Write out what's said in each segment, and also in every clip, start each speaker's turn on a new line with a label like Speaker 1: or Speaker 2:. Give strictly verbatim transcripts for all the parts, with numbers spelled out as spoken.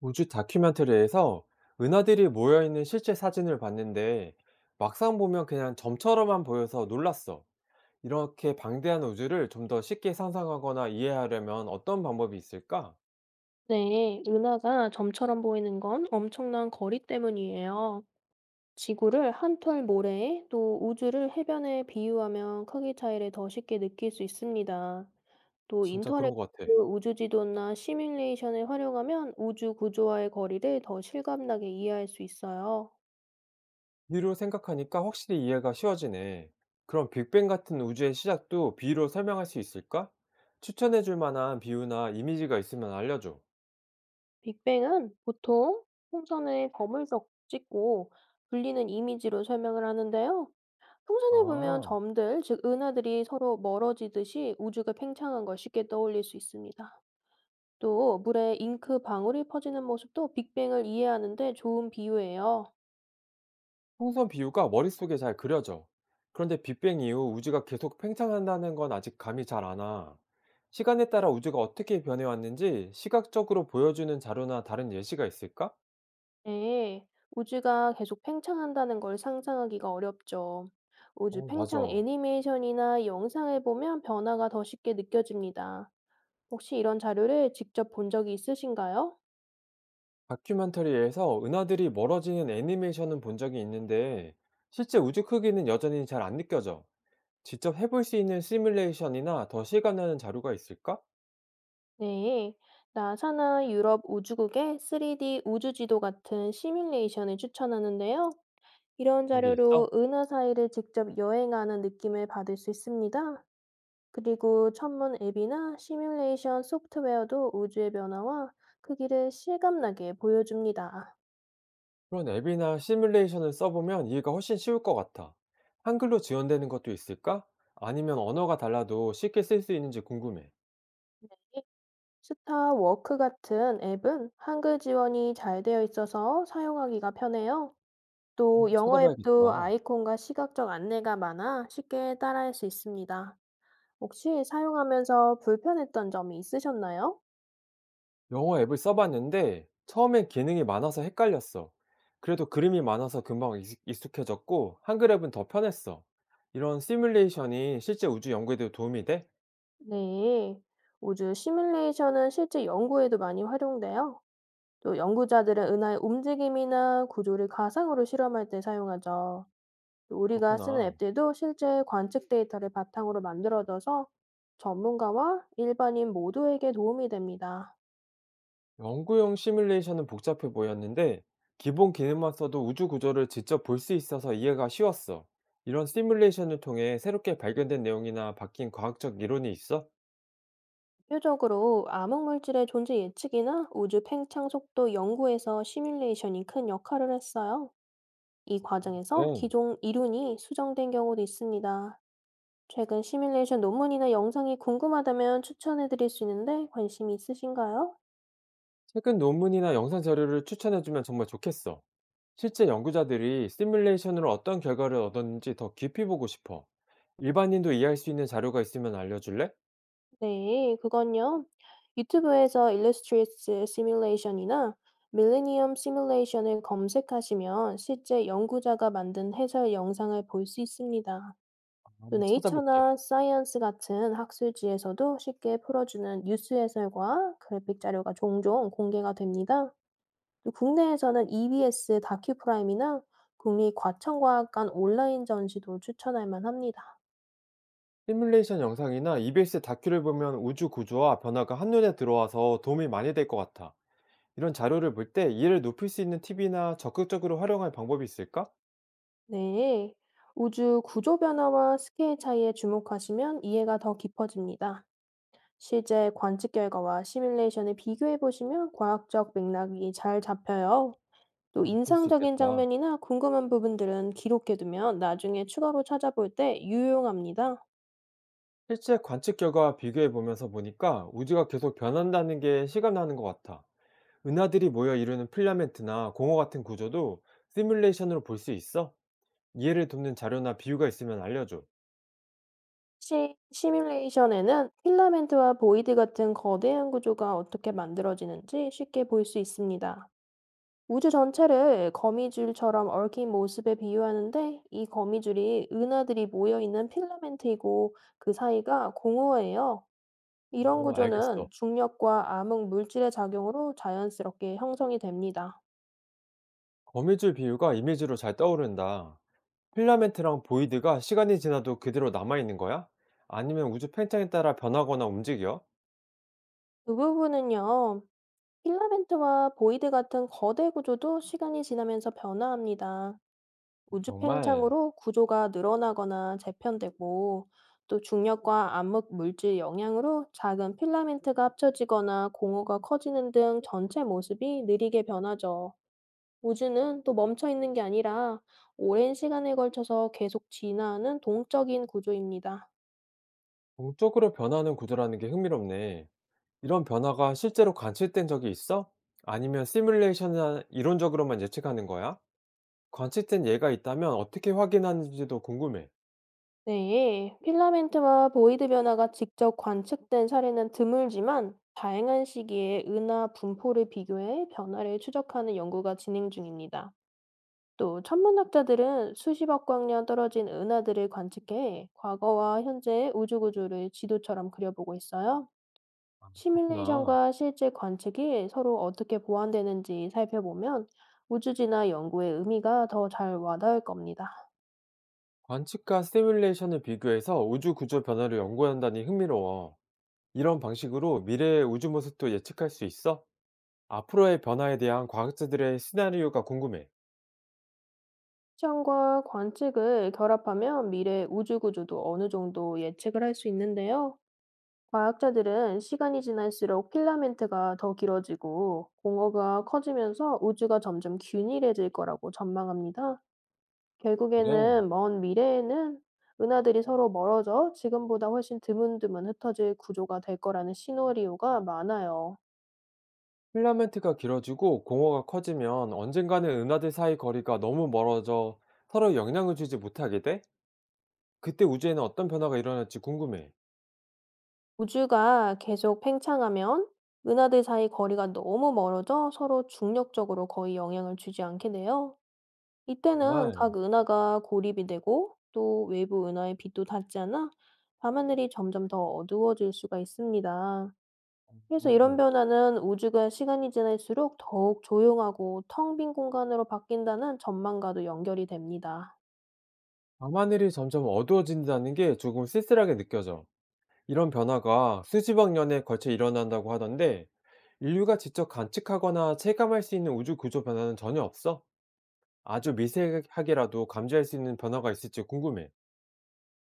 Speaker 1: 우주 다큐멘터리에서 은하들이 모여있는 실제 사진을 봤는데 막상 보면 그냥 점처럼만 보여서 놀랐어. 이렇게 방대한 우주를 좀 더 쉽게 상상하거나 이해하려면 어떤 방법이 있을까?
Speaker 2: 네, 은하가 점처럼 보이는 건 엄청난 거리 때문이에요. 지구를 한털 모래에 또 우주를 해변에 비유하면 크기 차이를 더 쉽게 느낄 수 있습니다. 또
Speaker 1: 진짜 그런 것 같아.
Speaker 2: 인터랙티브 우주 지도나 시뮬레이션을 활용하면 우주 구조와의 거리를 더 실감나게 이해할 수 있어요.
Speaker 1: 비로 생각하니까 확실히 이해가 쉬워지네. 그럼 빅뱅 같은 우주의 시작도 비유로 설명할 수 있을까? 추천해 줄 만한 비유나 이미지가 있으면 알려줘.
Speaker 2: 빅뱅은 보통 풍선에 점을 적- 찍고 불리는 이미지로 설명을 하는데요. 통산을 보면
Speaker 1: 아.
Speaker 2: 점들, 즉 은하들이 서로 멀어지듯이 우주가 팽창한 걸 쉽게 떠올릴 수 있습니다. 또 물에 잉크 방울이 퍼지는 모습도 빅뱅을 이해하는 데 좋은 비유예요.
Speaker 1: 풍선 비유가 머릿속에 잘 그려져. 그런데 빅뱅 이후 우주가 계속 팽창한다는 건 아직 감이 잘 안 와. 시간에 따라 우주가 어떻게 변해왔는지 시각적으로 보여주는 자료나 다른 예시가 있을까?
Speaker 2: 네, 우주가 계속 팽창한다는 걸 상상하기가 어렵죠. 우주
Speaker 1: 어,
Speaker 2: 팽창
Speaker 1: 맞아.
Speaker 2: 애니메이션이나 영상을 보면 변화가 더 쉽게 느껴집니다. 혹시 이런 자료를 직접 본 적이 있으신가요?
Speaker 1: 다큐멘터리에서 은하들이 멀어지는 애니메이션은 본 적이 있는데 실제 우주 크기는 여전히 잘 안 느껴져. 직접 해볼 수 있는 시뮬레이션이나 더 실감나는 자료가 있을까?
Speaker 2: 네, 나사나 유럽 우주국의 쓰리디 우주지도 같은 시뮬레이션을 추천하는데요. 이런
Speaker 1: 그런 게
Speaker 2: 자료로
Speaker 1: 있어?
Speaker 2: 은하 사이를 직접 여행하는 느낌을 받을 수 있습니다. 그리고 천문 앱이나 시뮬레이션 소프트웨어도 우주의 변화와 크기를 실감나게 보여줍니다.
Speaker 1: 그런 앱이나 시뮬레이션을 써보면 이해가 훨씬 쉬울 것 같아. 한글로 지원되는 것도 있을까? 아니면 언어가 달라도 쉽게 쓸 수 있는지 궁금해.
Speaker 2: 스타워크 같은 앱은 한글 지원이 잘 되어 있어서 사용하기가 편해요. 또
Speaker 1: 한번
Speaker 2: 영어
Speaker 1: 찾아봐야겠다.
Speaker 2: 앱도 아이콘과 시각적 안내가 많아 쉽게 따라할 수 있습니다. 혹시 사용하면서 불편했던 점이 있으셨나요?
Speaker 1: 영어 앱을 써봤는데 처음엔 기능이 많아서 헷갈렸어. 그래도 그림이 많아서 금방 익- 익숙해졌고 한글 앱은 더 편했어. 이런 시뮬레이션이 실제 우주 연구에도 도움이 돼?
Speaker 2: 네. 우주 시뮬레이션은 실제 연구에도 많이 활용돼요. 또 연구자들은 은하의 움직임이나 구조를 가상으로 실험할 때 사용하죠. 또 우리가 쓰는
Speaker 1: 그렇구나.
Speaker 2: 앱들도 실제 관측 데이터를 바탕으로 만들어져서 전문가와 일반인 모두에게 도움이 됩니다.
Speaker 1: 연구용 시뮬레이션은 복잡해 보였는데 기본 기능만 써도 우주 구조를 직접 볼 수 있어서 이해가 쉬웠어. 이런 시뮬레이션을 통해 새롭게 발견된 내용이나 바뀐 과학적 이론이 있어?
Speaker 2: 대표적으로 암흑물질의 존재 예측이나 우주 팽창 속도 연구에서 시뮬레이션이 큰 역할을 했어요. 이 과정에서
Speaker 1: 응.
Speaker 2: 기존 이론이 수정된 경우도 있습니다. 최근 시뮬레이션 논문이나 영상이 궁금하다면 추천해 드릴 수 있는데, 관심이 있으신가요?
Speaker 1: 최근 논문이나 영상 자료를 추천해주면 정말 좋겠어. 실제 연구자들이 시뮬레이션으로 어떤 결과를 얻었는지 더 깊이 보고 싶어. 일반인도 이해할 수 있는 자료가 있으면 알려줄래?
Speaker 2: 네, 그건요. 유튜브에서 Illustrious i m u l a t i o n 이나 Millennium Simulation을 검색하시면 실제 연구자가 만든 해설 영상을 볼 수 있습니다. 또
Speaker 1: 한번 찾아볼게.
Speaker 2: 네이처나 사이언스 같은 학술지에서도 쉽게 풀어주는 뉴스 해설과 그래픽 자료가 종종 공개가 됩니다. 또 국내에서는 이비에스 다큐프라임이나 국립과천과학관 온라인 전시도 추천할 만합니다.
Speaker 1: 시뮬레이션 영상이나 이비에스 다큐를 보면 우주 구조와 변화가 한눈에 들어와서 도움이 많이 될 것 같아. 이런 자료를 볼 때 이해를 높일 수 있는 팁이나 적극적으로 활용할 방법이 있을까?
Speaker 2: 네. 우주 구조 변화와 스케일 차이에 주목하시면 이해가 더 깊어집니다. 실제 관측 결과와 시뮬레이션을 비교해 보시면 과학적 맥락이 잘 잡혀요. 또
Speaker 1: 아, 그럴 수
Speaker 2: 인상적인
Speaker 1: 있겠다.
Speaker 2: 장면이나 궁금한 부분들은 기록해 두면 나중에 추가로 찾아볼 때 유용합니다.
Speaker 1: 실제 관측 결과와 비교해 보면서 보니까 우주가 계속 변한다는 게 실감나는 것 같아. 은하들이 모여 이루는 필라멘트나 공허 같은 구조도 시뮬레이션으로 볼 수 있어? 이해를 돕는 자료나 비유가 있으면 알려줘.
Speaker 2: 시 시뮬레이션에는 필라멘트와 보이드 같은 거대한 구조가 어떻게 만들어지는지 쉽게 볼 수 있습니다. 우주 전체를 거미줄처럼 얽힌 모습에 비유하는데, 이 거미줄이 은하들이 모여 있는 필라멘트이고 그 사이가 공허해요. 이런
Speaker 1: 어, 알겠어.
Speaker 2: 구조는 중력과 암흑 물질의 작용으로 자연스럽게 형성이 됩니다.
Speaker 1: 거미줄 비유가 이미지로 잘 떠오른다. 필라멘트랑 보이드가 시간이 지나도 그대로 남아있는 거야? 아니면 우주 팽창에 따라 변하거나 움직여?
Speaker 2: 그 부분은요, 필라멘트와 보이드 같은 거대 구조도 시간이 지나면서 변화합니다.
Speaker 1: 정말
Speaker 2: 우주팽창으로 구조가 늘어나거나 재편되고, 또 중력과 암흑 물질 영향으로 작은 필라멘트가 합쳐지거나 공허가 커지는 등 전체 모습이 느리게 변하죠. 우주는 또 멈춰 있는 게 아니라 오랜 시간에 걸쳐서 계속 진화하는 동적인 구조입니다.
Speaker 1: 동적으로 변하는 구조라는 게 흥미롭네. 이런 변화가 실제로 관측된 적이 있어? 아니면 시뮬레이션이나 이론적으로만 예측하는 거야? 관측된 예가 있다면 어떻게 확인하는지도 궁금해.
Speaker 2: 네, 필라멘트와 보이드 변화가 직접 관측된 사례는 드물지만, 다양한 시기에 은하 분포를 비교해 변화를 추적하는 연구가 진행 중입니다. 또 천문학자들은 수십억 광년 떨어진 은하들을 관측해 과거와 현재의 우주 구조를 지도처럼 그려보고 있어요.
Speaker 1: 아, 그렇구나.
Speaker 2: 시뮬레이션과 실제 관측이 서로 어떻게 보완되는지 살펴보면 우주지나 연구의 의미가 더 잘 와닿을 겁니다.
Speaker 1: 관측과 시뮬레이션을 비교해서 우주 구조 변화를 연구한다니 흥미로워. 이런 방식으로 미래의 우주 모습도 예측할 수 있어? 앞으로의 변화에 대한 과학자들의 시나리오가 궁금해.
Speaker 2: 시험과 관측을 결합하면 미래 우주 구조도 어느 정도 예측을 할 수 있는데요. 과학자들은 시간이 지날수록 필라멘트가 더 길어지고 공허가 커지면서 우주가 점점 균일해질 거라고 전망합니다.
Speaker 1: 그래.
Speaker 2: 결국에는, 먼 미래에는 은하들이 서로 멀어져 지금보다 훨씬 드문드문 흩어질 구조가 될 거라는 시나리오가 많아요.
Speaker 1: 필라멘트가 길어지고 공허가 커지면 언젠가는 은하들 사이 거리가 너무 멀어져 서로 영향을 주지 못하게 돼? 그때 우주에는 어떤 변화가 일어날지 궁금해.
Speaker 2: 우주가 계속 팽창하면 은하들 사이 거리가 너무 멀어져 서로 중력적으로 거의 영향을 주지 않게 돼요. 이때는
Speaker 1: 정말,
Speaker 2: 각 은하가 고립이 되고, 또 외부 은하의 빛도 닿지 않아 밤하늘이 점점 더 어두워질 수가 있습니다. 그래서
Speaker 1: 어,
Speaker 2: 이런 변화는 우주가 시간이 지날수록 더욱 조용하고 텅 빈 공간으로 바뀐다는 전망과도 연결이 됩니다.
Speaker 1: 밤하늘이 점점 어두워진다는 게 조금 쓸쓸하게 느껴져. 이런 변화가 수십억 년에 걸쳐 일어난다고 하던데, 인류가 직접 관측하거나 체감할 수 있는 우주 구조 변화는 전혀 없어? 아주 미세하게라도 감지할 수 있는 변화가 있을지 궁금해.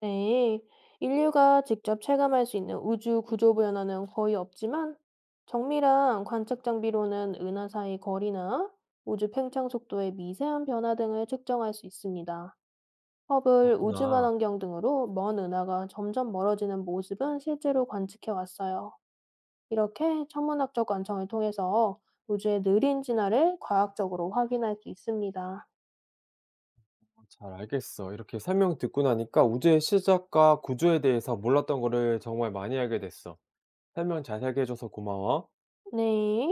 Speaker 2: 네. 인류가 직접 체감할 수 있는 우주 구조 변화는 거의 없지만, 정밀한 관측 장비로는 은하 사이 거리나 우주 팽창 속도의 미세한 변화 등을 측정할 수 있습니다. 허블 우주만
Speaker 1: 그렇구나.
Speaker 2: 환경 등으로 먼 은하가 점점 멀어지는 모습은 실제로 관측해 왔어요. 이렇게 천문학적 관청을 통해서 우주의 느린 진화를 과학적으로 확인할 수 있습니다.
Speaker 1: 잘 알겠어. 이렇게 설명 듣고 나니까 우주의 시작과 구조에 대해서 몰랐던 거를 정말 많이 알게 됐어. 설명 자세하게 해줘서 고마워.
Speaker 2: 네.